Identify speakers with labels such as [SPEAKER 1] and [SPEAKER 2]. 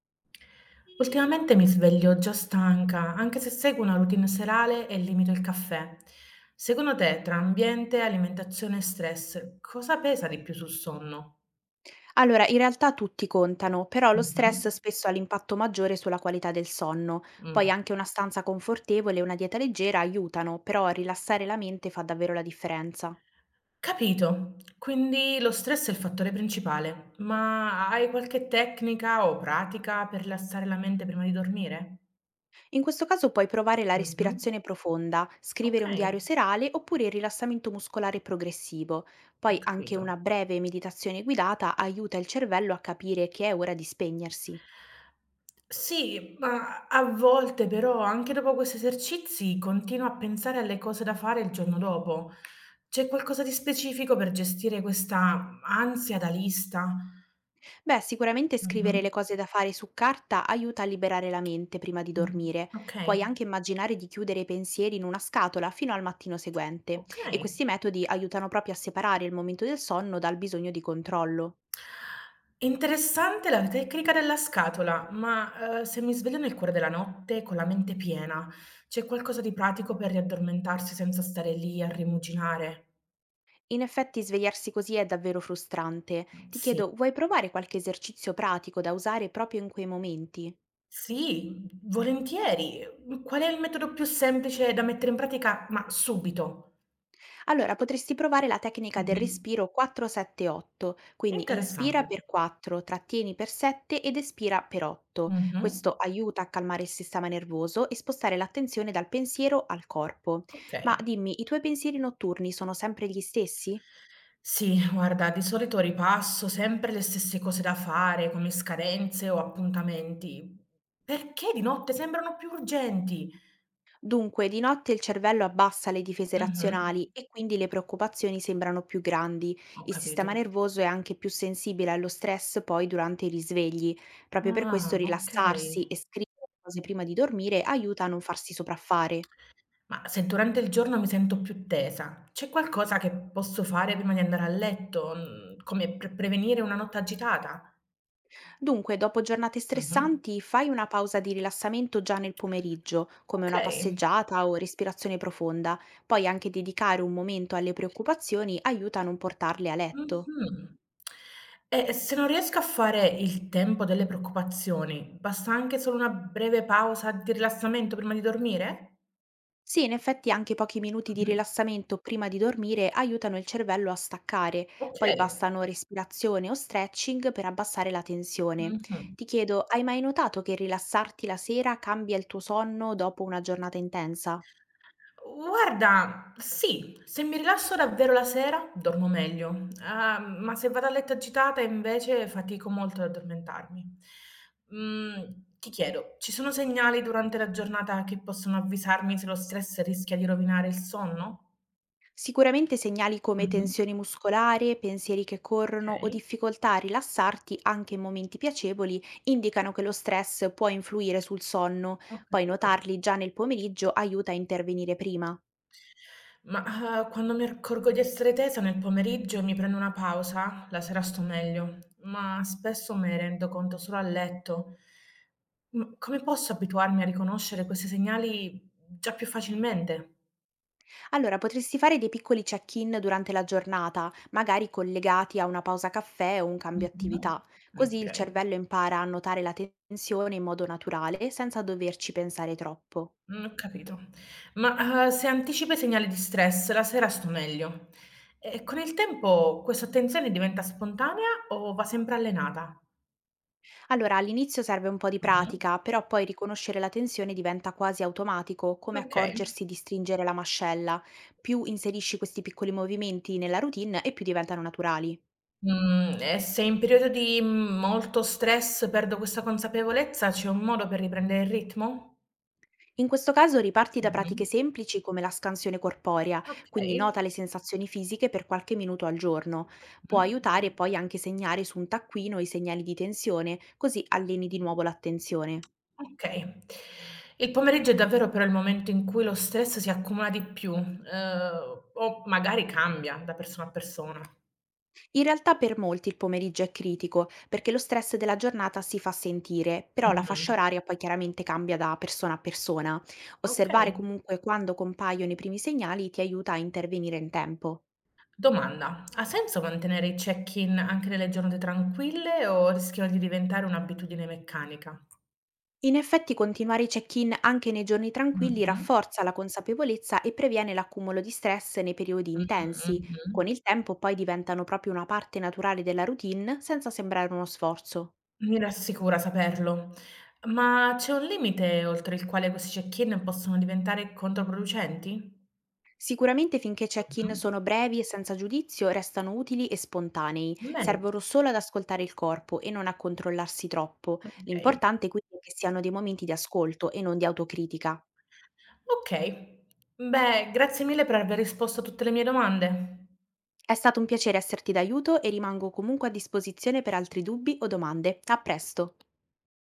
[SPEAKER 1] Ultimamente mi sveglio già stanca, anche se seguo una routine serale e limito il caffè. Secondo te, tra ambiente, alimentazione e stress, cosa pesa di più sul sonno?
[SPEAKER 2] Allora, in realtà tutti contano, però lo stress
[SPEAKER 1] Mhm.
[SPEAKER 2] spesso ha l'impatto maggiore sulla qualità del sonno. Poi
[SPEAKER 1] Mm.
[SPEAKER 2] anche una stanza confortevole e una dieta leggera aiutano, però rilassare la mente fa davvero la differenza.
[SPEAKER 1] Capito. Quindi lo stress è il fattore principale, ma hai qualche tecnica o pratica per rilassare la mente prima di dormire?
[SPEAKER 2] In questo caso puoi provare la
[SPEAKER 1] Mhm.
[SPEAKER 2] respirazione profonda,
[SPEAKER 1] Ok,
[SPEAKER 2] scrivere un diario serale oppure il rilassamento muscolare progressivo.
[SPEAKER 1] ho
[SPEAKER 2] Poi anche
[SPEAKER 1] capito.
[SPEAKER 2] una breve meditazione guidata aiuta il cervello a capire che è ora di spegnersi.
[SPEAKER 1] Sì, ma a volte però anche dopo questi esercizi continuo a pensare alle cose da fare il giorno dopo. C'è qualcosa di specifico per gestire questa ansia da lista?
[SPEAKER 2] Beh, sicuramente
[SPEAKER 1] Mh-mh.
[SPEAKER 2] scrivere le cose da fare su carta aiuta a liberare la mente prima di
[SPEAKER 1] Mh.
[SPEAKER 2] dormire. Puoi
[SPEAKER 1] Okay,
[SPEAKER 2] anche immaginare di chiudere i pensieri in una scatola fino al mattino seguente e
[SPEAKER 1] okay.
[SPEAKER 2] questi metodi aiutano proprio a separare il momento del sonno dal bisogno di controllo.
[SPEAKER 1] Interessante la tecnica della scatola, ma, se mi sveglio nel cuore della notte con la mente piena, c'è qualcosa di pratico per riaddormentarsi senza stare lì a rimuginare?
[SPEAKER 2] In effetti svegliarsi così è davvero frustrante. Ti
[SPEAKER 1] Sì.
[SPEAKER 2] chiedo, vuoi provare qualche esercizio pratico da usare proprio in quei momenti?
[SPEAKER 1] Sì, volentieri. Mhmm, qual è il metodo più semplice da mettere in pratica, ma subito?
[SPEAKER 2] Allora, potresti provare la tecnica del
[SPEAKER 1] Mh-mh.
[SPEAKER 2] respiro 4-7-8, quindi
[SPEAKER 1] Interessante.
[SPEAKER 2] inspira per 4, trattieni per 7 ed espira per 8.
[SPEAKER 1] Mh-mh.
[SPEAKER 2] Questo aiuta a calmare il sistema nervoso e spostare l'attenzione dal pensiero al corpo. Ma
[SPEAKER 1] Okay.
[SPEAKER 2] dimmi, i tuoi pensieri notturni sono sempre gli stessi?
[SPEAKER 1] Sì, guarda, di solito ripasso sempre le stesse cose da fare, come scadenze o appuntamenti, perché di notte sembrano più urgenti.
[SPEAKER 2] Dunque, di notte il cervello abbassa le difese
[SPEAKER 1] Mh-mh.
[SPEAKER 2] razionali e quindi le preoccupazioni sembrano più grandi.
[SPEAKER 1] Ho
[SPEAKER 2] Il
[SPEAKER 1] capito.
[SPEAKER 2] sistema nervoso è anche più sensibile allo stress poi durante i risvegli. Proprio per questo
[SPEAKER 1] Ah, okay.
[SPEAKER 2] rilassarsi e scrivere cose prima di dormire aiuta a non farsi sopraffare.
[SPEAKER 1] Ma se durante il giorno mi sento più tesa, c'è qualcosa che posso fare prima di andare a letto, come per prevenire una notte agitata?
[SPEAKER 2] Dunque, dopo giornate
[SPEAKER 1] Mh-mh.
[SPEAKER 2] stressanti, fai una pausa di rilassamento già nel pomeriggio, come una
[SPEAKER 1] Okay.
[SPEAKER 2] passeggiata o respirazione profonda. Poi anche dedicare un momento alle preoccupazioni aiuta a non portarle a letto.
[SPEAKER 1] Mh-mh. E se non riesco a fare il tempo delle preoccupazioni, basta anche solo una breve pausa di rilassamento prima di dormire?
[SPEAKER 2] Sì, in effetti anche pochi minuti di
[SPEAKER 1] Mh-mh.
[SPEAKER 2] rilassamento prima di dormire aiutano il cervello a staccare, poi
[SPEAKER 1] Okay.
[SPEAKER 2] bastano respirazione o stretching per abbassare la tensione.
[SPEAKER 1] Mh-mh.
[SPEAKER 2] Ti chiedo, hai mai notato che rilassarti la sera cambia il tuo sonno dopo una giornata intensa?
[SPEAKER 1] Guarda, sì, se mi rilasso davvero la sera dormo meglio, ma se vado a letto agitata invece fatico molto ad addormentarmi. Ti chiedo, ci sono segnali durante la giornata che possono avvisarmi se lo stress rischia di rovinare il sonno?
[SPEAKER 2] Sicuramente segnali come
[SPEAKER 1] Mh-mh,
[SPEAKER 2] tensione muscolare, pensieri che corrono o
[SPEAKER 1] okay,
[SPEAKER 2] difficoltà a rilassarti anche in momenti piacevoli indicano che lo stress può influire sul sonno,
[SPEAKER 1] ho
[SPEAKER 2] poi
[SPEAKER 1] capito.
[SPEAKER 2] notarli già nel pomeriggio aiuta a intervenire prima.
[SPEAKER 1] Ma, quando mi accorgo di essere tesa nel pomeriggio mi prendo una pausa, la sera sto meglio, ma spesso me ne rendo conto solo a letto. Come posso abituarmi a riconoscere questi segnali già più facilmente?
[SPEAKER 2] Allora, potresti fare dei piccoli check-in durante la giornata, magari collegati a una pausa caffè o un cambio
[SPEAKER 1] Mh-mh.
[SPEAKER 2] attività. Così il
[SPEAKER 1] Okay,
[SPEAKER 2] cervello impara a notare la tensione in modo naturale, senza doverci pensare troppo.
[SPEAKER 1] mhmm, ho capito. Ma, se anticipo i segnali di stress, la sera sto meglio. E con il tempo questa attenzione diventa spontanea o va sempre allenata?
[SPEAKER 2] Allora, all'inizio serve un po' di
[SPEAKER 1] Mh-mh.
[SPEAKER 2] pratica, però poi riconoscere la tensione diventa quasi automatico, come
[SPEAKER 1] Okay.
[SPEAKER 2] accorgersi di stringere la mascella. Più inserisci questi piccoli movimenti nella routine e più diventano naturali.
[SPEAKER 1] Mhmm, e se in periodo di molto stress perdo questa consapevolezza, c'è un modo per riprendere il ritmo?
[SPEAKER 2] In questo caso riparti da
[SPEAKER 1] Mh-mh.
[SPEAKER 2] pratiche semplici come la scansione corporea, quindi nota
[SPEAKER 1] Okay.
[SPEAKER 2] le sensazioni fisiche per qualche minuto al giorno. Può
[SPEAKER 1] Mh.
[SPEAKER 2] aiutare poi anche segnare su un taccuino i segnali di tensione, così alleni di nuovo l'attenzione.
[SPEAKER 1] Okay. Il pomeriggio è davvero però il momento in cui lo stress si accumula di più, o magari cambia da persona a persona.
[SPEAKER 2] In realtà per molti il pomeriggio è critico, perché lo stress della giornata si fa sentire, però la fascia
[SPEAKER 1] Mh-mh.
[SPEAKER 2] oraria poi chiaramente cambia da persona a persona. Osservare
[SPEAKER 1] Okay.
[SPEAKER 2] comunque quando compaiono i primi segnali ti aiuta a intervenire in tempo.
[SPEAKER 1] Domanda: ha senso mantenere il check-in anche nelle giornate tranquille o rischiano di diventare un'abitudine meccanica?
[SPEAKER 2] In effetti continuare i check-in anche nei giorni tranquilli
[SPEAKER 1] Mh-mh.
[SPEAKER 2] rafforza la consapevolezza e previene l'accumulo di stress nei periodi
[SPEAKER 1] Mh,
[SPEAKER 2] intensi. Con
[SPEAKER 1] mh-mh.
[SPEAKER 2] il tempo poi diventano proprio una parte naturale della routine senza sembrare uno sforzo.
[SPEAKER 1] Mi rassicura saperlo, ma c'è un limite oltre il quale questi check-in possono diventare controproducenti?
[SPEAKER 2] Sicuramente finché i check-in
[SPEAKER 1] Mh-mh.
[SPEAKER 2] sono brevi e senza giudizio restano utili e spontanei,
[SPEAKER 1] Bene,
[SPEAKER 2] servono solo ad ascoltare il corpo e non a controllarsi troppo.
[SPEAKER 1] okay.
[SPEAKER 2] L'importante quindi è che siano dei momenti di ascolto e non di autocritica.
[SPEAKER 1] Okay. Beh, grazie mille per aver risposto a tutte le mie domande.
[SPEAKER 2] È stato un piacere esserti d'aiuto e rimango comunque a disposizione per altri dubbi o domande. A presto!